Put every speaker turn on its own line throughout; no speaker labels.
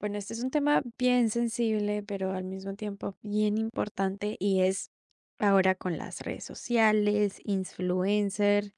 Bueno, este es un tema bien sensible, pero al mismo tiempo bien importante y es ahora con las redes sociales, influencer,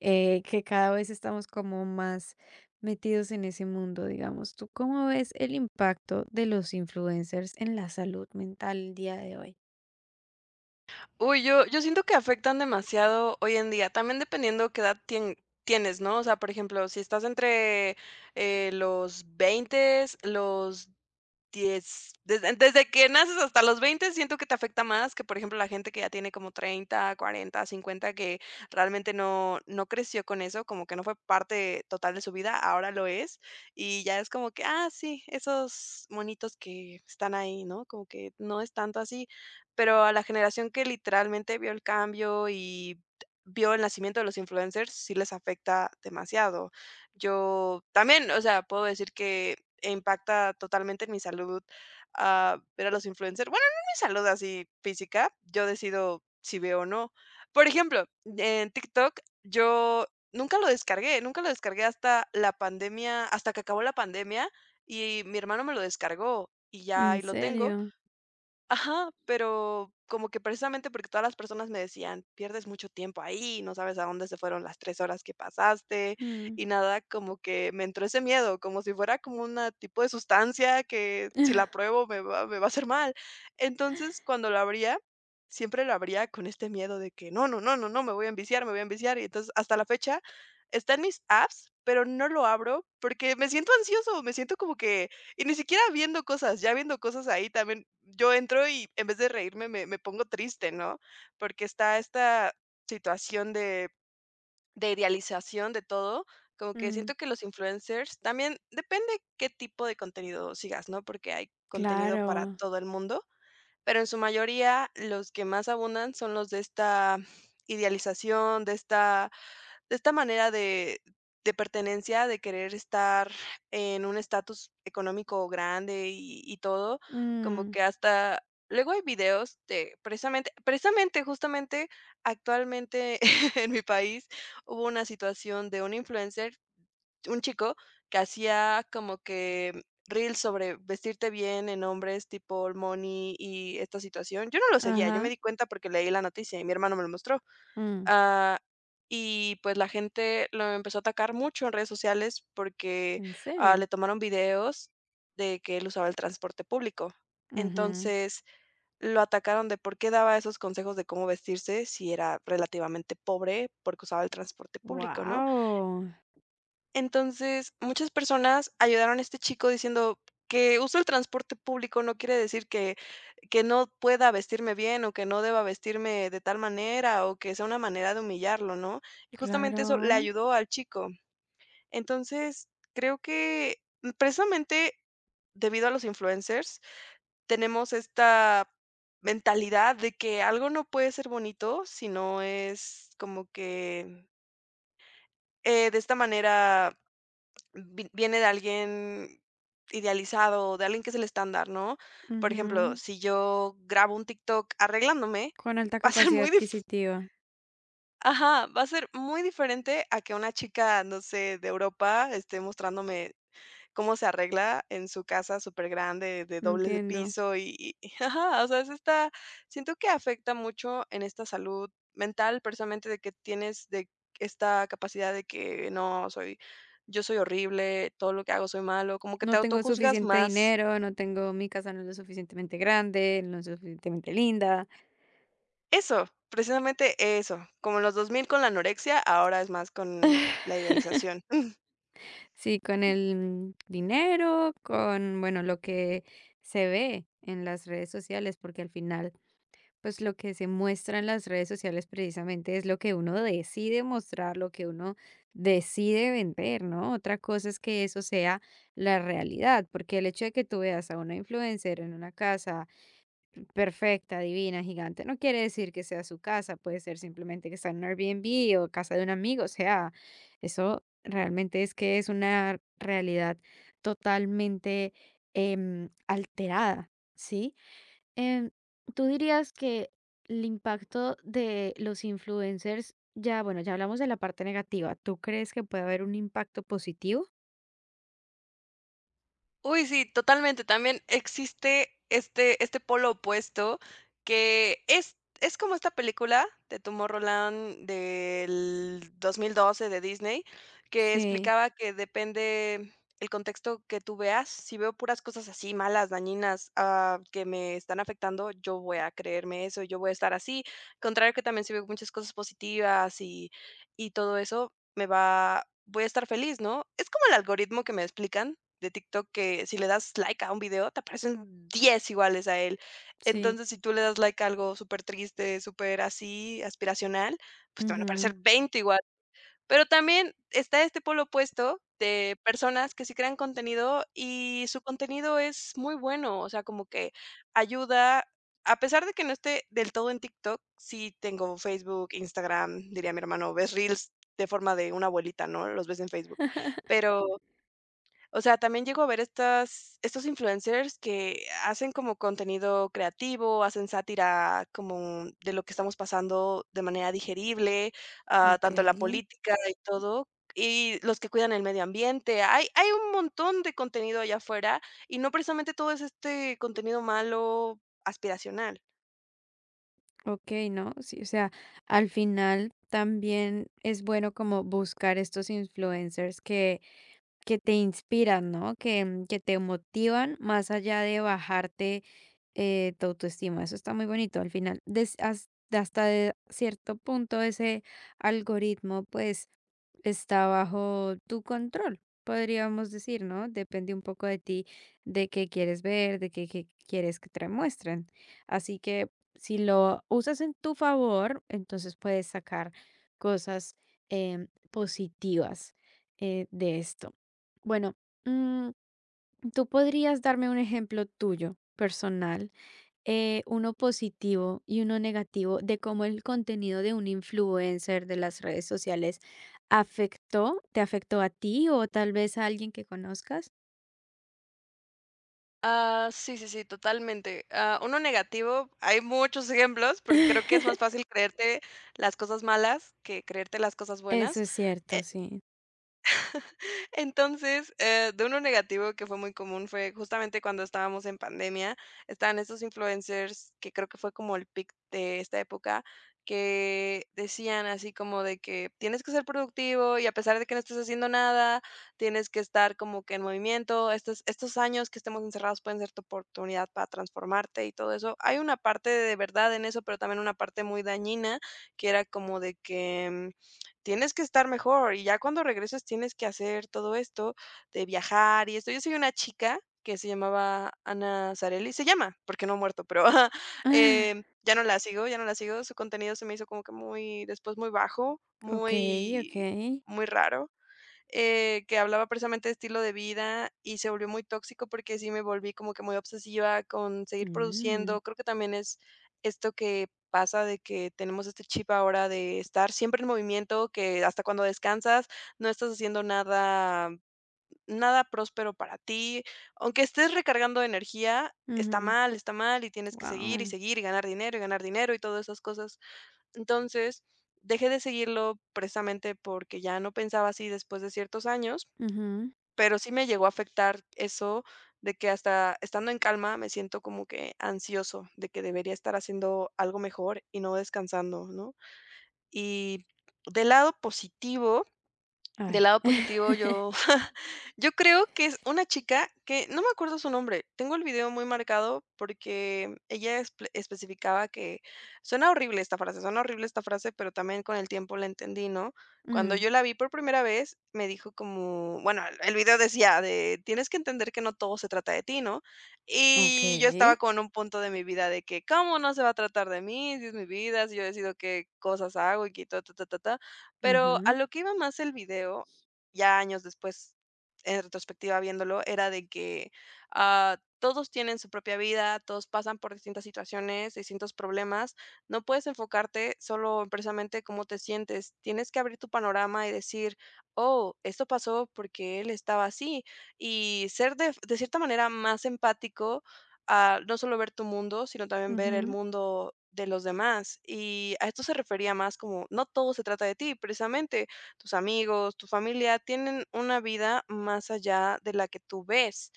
que cada vez estamos como más metidos en ese mundo, digamos. ¿Tú cómo ves el impacto de los influencers en la salud mental el día de hoy?
Uy, yo siento que afectan demasiado hoy en día, también dependiendo qué edad tienes, ¿no? O sea, por ejemplo, si estás entre, los 20, los 10, desde que naces hasta los 20 siento que te afecta más que, por ejemplo, la gente que ya tiene como 30 40 50 que realmente no creció con eso, como que no fue parte total de su vida, ahora lo es, y ya es como que, ah, sí, esos monitos que están ahí, ¿no? Como que no es tanto así, pero a la generación que literalmente vio el cambio y vio el nacimiento de los influencers, sí les afecta demasiado. Yo también, o sea, puedo decir que impacta totalmente en mi salud, ver a los influencers. Bueno, no en mi salud así física, yo decido si veo o no. Por ejemplo, en TikTok yo nunca lo descargué, nunca lo descargué hasta la pandemia, hasta que acabó la pandemia y mi hermano me lo descargó y ya
¿En
ahí lo tengo.
serio?
Ajá, pero como que precisamente porque todas las personas me decían: "Pierdes mucho tiempo ahí, no sabes a dónde se fueron las 3 horas que pasaste",
Mm.
y nada, como que me entró ese miedo, como si fuera como una tipo de sustancia que si la pruebo me va a hacer mal. Entonces, cuando lo abría, siempre lo abría con este miedo de que: "No, no, no, no, no, me voy a enviciar, me voy a enviciar", y entonces, hasta la fecha está en mis apps, pero no lo abro porque me siento ansioso, me siento como que y ni siquiera viendo cosas, ya viendo cosas ahí también, yo entro y en vez de reírme me pongo triste, ¿no? Porque está esta situación de idealización de todo, como que
Mm,
siento que los influencers también depende qué tipo de contenido sigas, ¿no? Porque hay contenido para
claro.
todo el mundo, pero en su mayoría los que más abundan son los de esta idealización, de esta manera de pertenencia, de querer estar en un estatus económico grande y todo, como
Mm,
que hasta luego hay videos de precisamente, justamente, actualmente en mi país hubo una situación de un influencer, un chico que hacía como que reels sobre vestirte bien en hombres, tipo Old Money y esta situación. Yo no lo seguía, yo me
ajá.
di cuenta porque leí la noticia y mi hermano me lo mostró.
Mm,
Ah, y pues la gente lo empezó a atacar mucho en redes sociales porque,
¿en serio?
le tomaron videos de que él usaba el transporte público. Entonces, lo atacaron de por qué daba esos consejos de cómo vestirse si era relativamente pobre, porque usaba el transporte público, ¿no?
Wow.
Entonces, muchas personas ayudaron a este chico diciendo que uso el transporte público no quiere decir que no pueda vestirme bien o que no deba vestirme de tal manera o que sea una manera de humillarlo, ¿no? Y justamente eso le
Claro.
ayudó al chico. Entonces, creo que precisamente debido a los influencers tenemos esta mentalidad de que algo no puede ser bonito si no es como que, de esta manera viene de alguien idealizado, de alguien que es el estándar, ¿no? Por ejemplo,
Ujú,
si yo grabo un TikTok arreglándome,
con alta
va a ser
capacidad
muy dif-
adquisitiva,
Ajá, va a ser muy diferente a que una chica, no sé, de Europa esté mostrándome cómo se arregla en su casa súper grande, de doble de
entiendo.
piso y ajá, o sea, es esta siento que afecta mucho en esta salud mental, precisamente de que tienes de esta capacidad de que no soy yo soy horrible, todo lo que hago soy malo, como que
No
te
tengo
autojuzgas
suficiente
más.
dinero, no tengo, mi casa no es lo suficientemente grande, no es lo suficientemente linda.
Eso, precisamente eso, como en los 2000 con la anorexia, ahora es más con la idealización.
Sí, con
Mm.
el dinero, con, bueno, lo que se ve en las redes sociales, porque al final, pues lo que se muestra en las redes sociales precisamente es lo que uno decide mostrar, lo que uno decide vender, ¿no? Otra cosa es que eso sea la realidad, porque el hecho de que tú veas a una influencer en una casa, perfecta, divina, gigante. No quiere decir que sea su casa, puede ser simplemente que está en un Airbnb o casa de un amigo, o sea, eso realmente es que es una realidad totalmente alterada, ¿sí? Em, ¿Tú dirías que el impacto de los influencers, ya, bueno, ya hablamos de la parte negativa? ¿Tú crees que puede haber un impacto positivo?
Uy, sí, totalmente. También existe este, este polo opuesto que es, como esta película de Tomorrowland del 2012 de Disney, que
Sí,
explicaba que depende el contexto que tú veas. Si veo puras cosas así malas, dañinas, que me están afectando, yo voy a creerme eso, yo voy a estar así. Contrario que también si veo muchas cosas positivas y todo eso, me va, voy a estar feliz, ¿no? Es como el algoritmo que me explican de TikTok que si le das like a un video, te aparecen 10 iguales a él.
sí.
Entonces, si tú le das like a algo súper triste súper así, aspiracional, pues te van a aparecer
Ujú,
20 igual. Pero también está este polo opuesto de personas que sí crean contenido y su contenido es muy bueno, o sea, como que ayuda, a pesar de que no esté del todo en TikTok, sí tengo Facebook, Instagram, diría mi hermano, ves reels de forma de una abuelita, ¿no? Los ves en Facebook, pero o sea, también llego a ver estas estos influencers que hacen como contenido creativo, hacen sátira como de lo que estamos pasando de manera digerible,
ok.
tanto en la política y todo, y los que cuidan el medio ambiente. Hay un montón de contenido allá afuera, y no precisamente todo es este contenido malo aspiracional.
Okey, no, sí, o sea, al final también es bueno como buscar estos influencers que te inspiran, ¿no? Que que te motivan más allá de bajarte, tu autoestima. Eso está muy bonito. Al final, des has hasta de cierto punto ese algoritmo, pues, está bajo tu control, podríamos decir, ¿no? Depende un poco de ti, de qué quieres ver, qué quieres que te muestren. Así que si lo usas en tu favor, entonces puedes sacar cosas positivas de esto. Bueno, mm, ¿tú podrías darme un ejemplo tuyo, personal, uno positivo y uno negativo de cómo el contenido de un influencer de las redes sociales afectó, te afectó a ti o tal vez a alguien que conozcas?
Ah, sí, sí, sí, totalmente. Ah, uno negativo, hay muchos ejemplos, porque creo que es más fácil creerte las cosas malas que creerte las cosas
Eso
buenas.
es cierto, sí.
Entonces, de uno negativo que fue muy común fue justamente cuando estábamos en pandemia, estaban estos influencers que creo que fue como el pic de esta época, que decían así como de que tienes que ser productivo y a pesar de que no estés haciendo nada, tienes que estar como que en movimiento, estos, estos años que estemos encerrados pueden ser tu oportunidad para transformarte y todo eso. Hay una parte de verdad en eso, pero también una parte muy dañina, que era como de que tienes que estar mejor, y ya cuando regresas tienes que hacer todo esto de viajar y esto. Yo seguía una chica que se llamaba Ana Sarelli, se llama, porque no ha muerto, pero, ya no la sigo, ya no la sigo, su contenido se me hizo como que muy después muy bajo,
Okey,
muy
okey.
muy raro que hablaba precisamente de estilo de vida y se volvió muy tóxico porque sí me volví como que muy obsesiva con seguir
Mm,
produciendo. Creo que también es esto que pasa de que tenemos este chip ahora de estar siempre en movimiento, que hasta cuando descansas no estás haciendo nada, nada próspero para ti. Aunque estés recargando energía,
ujú.
está mal y tienes que seguir y
Guau.
seguir y ganar dinero y ganar dinero y todas esas cosas. Entonces, dejé de seguirlo precisamente porque ya no pensaba así después de ciertos años
Ujú.
pero sí me llegó a afectar eso de que hasta estando en calma me siento como que ansioso de que debería estar haciendo algo mejor y no descansando, ¿no? Y del lado positivo
A
del lado
ver.
positivo, yo yo creo que es una chica que no me acuerdo su nombre. Tengo el video muy marcado porque ella especificaba que suena horrible esta frase, suena horrible esta frase, pero también con el tiempo la entendí, ¿no? Cuando
Mm,
yo la vi por primera vez, me dijo como bueno, el video decía de: "Tienes que entender que no todo se trata de ti", ¿no? Y yo estaba
okey.
con un punto de mi vida de que: "¿Cómo no se va a tratar de mí? Si es mi vida, si yo decido qué cosas hago y que ta, ta, ta, ta, ta". Pero a
Ujú,
lo que iba más el video, ya años después, en retrospectiva viéndolo, era de que, todos tienen su propia vida, todos pasan por distintas situaciones, distintos problemas. No puedes enfocarte solo en precisamente cómo te sientes. Tienes que abrir tu panorama y decir: "Oh, esto pasó porque él estaba así", y ser de cierta manera más empático a no solo ver tu mundo, sino también ver el mundo de los demás. Y a esto se refería más como, no todo se trata de ti, precisamente tus amigos, tu familia tienen una vida más allá de la que tú ves.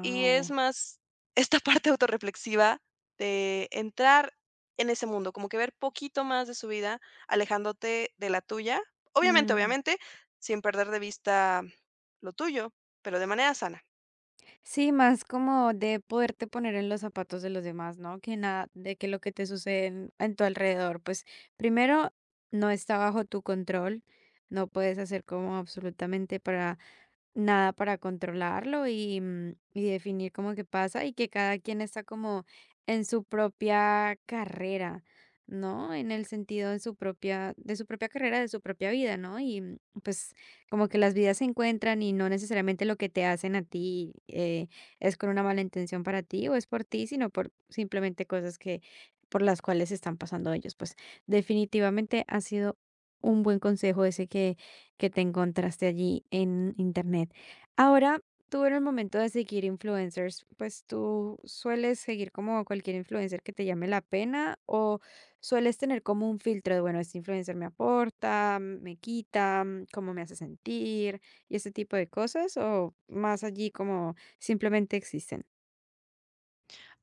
Y es más esta parte autorreflexiva de entrar en ese mundo, como que ver poquito más de su vida, alejándote de la tuya. Obviamente,
mm.
obviamente, sin perder de vista lo tuyo, pero de manera sana.
Sí, más como de poderte poner en los zapatos de los demás, ¿no? Que nada, de que lo que te sucede en tu alrededor, pues primero, no está bajo tu control, no puedes hacer como absolutamente para nada para controlarlo y definir cómo que pasa y que cada quien está como en su propia carrera, ¿no? En el sentido de su propia carrera, de su propia vida, ¿no? Y pues como que las vidas se encuentran y no necesariamente lo que te hacen a ti es con una mala intención para ti o es por ti, sino por simplemente cosas que por las cuales están pasando ellos. Pues definitivamente ha sido un buen consejo ese que te encontraste allí en internet. Ahora, tú en el momento de seguir influencers, pues tú sueles seguir como cualquier influencer que te llame la pena o sueles tener como un filtro de, bueno, este influencer me aporta, me quita, cómo me hace sentir y ese tipo de cosas o más allí como simplemente existen.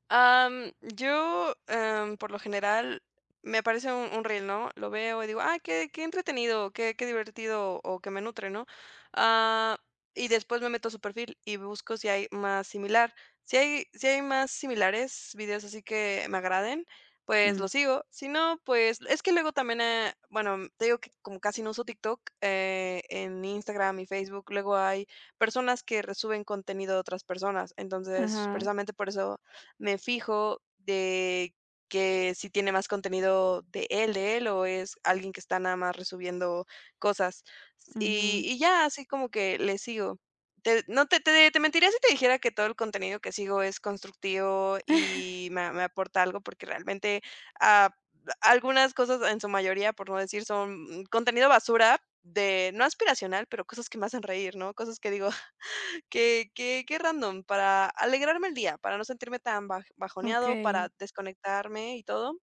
Yo, por lo general, me aparece un reel, ¿no? Lo veo y digo: "Ah, qué qué entretenido, qué qué divertido o que me nutre", ¿no? Ah, y después me meto a su perfil y busco si hay más similar. Si hay si hay más similares, videos así que me agraden, pues
Mm,
los sigo. Si no, pues es que luego también, bueno, te digo que como casi no uso TikTok, en Instagram y Facebook luego hay personas que resuben contenido de otras personas. Entonces,
ajá.
precisamente por eso me fijo de que si tiene más contenido de él, o es alguien que está nada más resubiendo cosas.
Ujú.
Y ya, así como que le sigo. Te mentiría si te dijera que todo el contenido que sigo es constructivo y me aporta algo, porque realmente, ah, algunas cosas, en su mayoría, por no decir, son contenido basura de no aspiracional, pero cosas que me hacen reír, ¿no? Cosas que digo: Qué qué qué random, para alegrarme el día, para no sentirme tan
Ok.
bajoneado, para desconectarme y todo.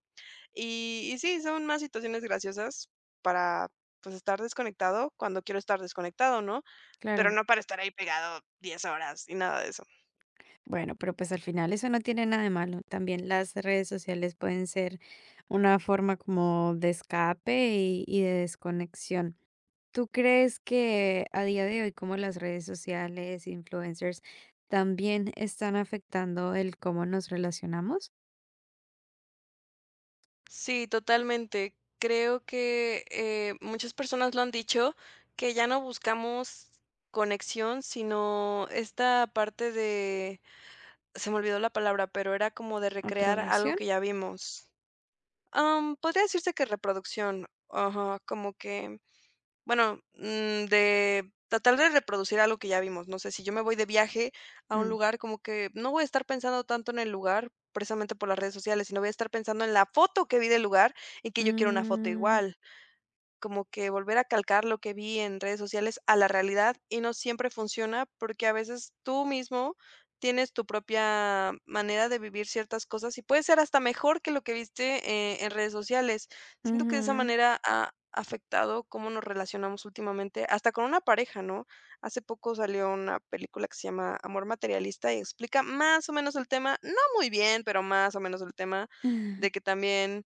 Y sí, son más situaciones graciosas para, pues, estar desconectado cuando quiero estar desconectado, ¿no? Pero
Claro.
no para estar ahí pegado 10 horas y nada de eso.
Bueno, pero pues al final eso no tiene nada de malo. También las redes sociales pueden ser una forma como de escape y de desconexión. ¿Tú crees que a día de hoy como las redes sociales, influencers, también están afectando el cómo nos relacionamos?
Sí, totalmente. Creo que, muchas personas lo han dicho, que ya no buscamos conexión, sino esta parte de se me olvidó la palabra, pero era como de recrear algo
¿Aprobación?
que ya vimos. Podría decirse que reproducción, ajá, como que, bueno, de tratar de reproducir algo que ya vimos. No sé, si yo me voy de viaje a un
Mm.
lugar, como que no voy a estar pensando tanto en el lugar, precisamente por las redes sociales, sino voy a estar pensando en la foto que vi del lugar y que yo quiero una foto
Mm,
igual como que volver a calcar lo que vi en redes sociales a la realidad y no siempre funciona porque a veces tú mismo tienes tu propia manera de vivir ciertas cosas y puede ser hasta mejor que lo que viste, en redes sociales. Siento que de esa
ujú.
manera ha afectado cómo nos relacionamos últimamente, hasta con una pareja, ¿no? Hace poco salió una película que se llama Amor materialista y explica más o menos el tema, no muy bien, pero más o menos el tema de que también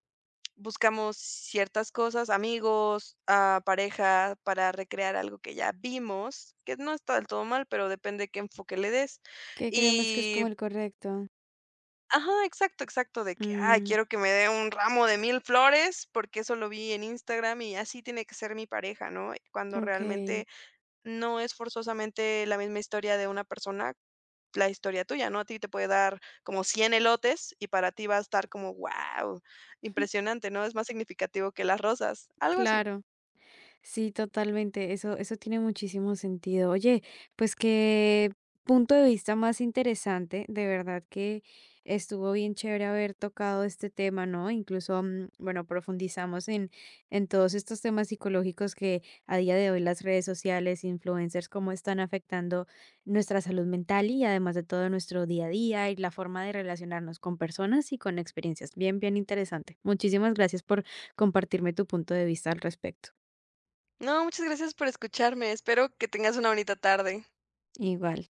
buscamos ciertas cosas, amigos, pareja, para recrear algo que ya vimos, que no está del todo mal, pero depende qué enfoque le des.
¿Qué creemos que es
Y
como el correcto?
ajá, exacto, exacto, de que, ay,
Mm,
quiero que me dé un ramo de 1000 flores, porque eso lo vi en Instagram y así tiene que ser mi pareja, ¿no? Cuando
ok,
realmente no es forzosamente la misma historia de una persona, la historia tuya, ¿no? A ti te puede dar como 100 elotes y para ti va a estar como, wow impresionante, ¿no? Es más significativo que las rosas, algo así.
claro. Sí, totalmente. Eso tiene muchísimo sentido. Oye, pues qué punto de vista más interesante. De verdad que estuvo bien chévere haber tocado este tema, ¿no? Incluso, bueno, profundizamos en todos estos temas psicológicos que a día de hoy las redes sociales, influencers, cómo están afectando nuestra salud mental y además de todo nuestro día a día y la forma de relacionarnos con personas y con experiencias. Bien, bien interesante. Muchísimas gracias por compartirme tu punto de vista al respecto.
No, muchas gracias por escucharme. Espero que tengas una bonita tarde.
Igual.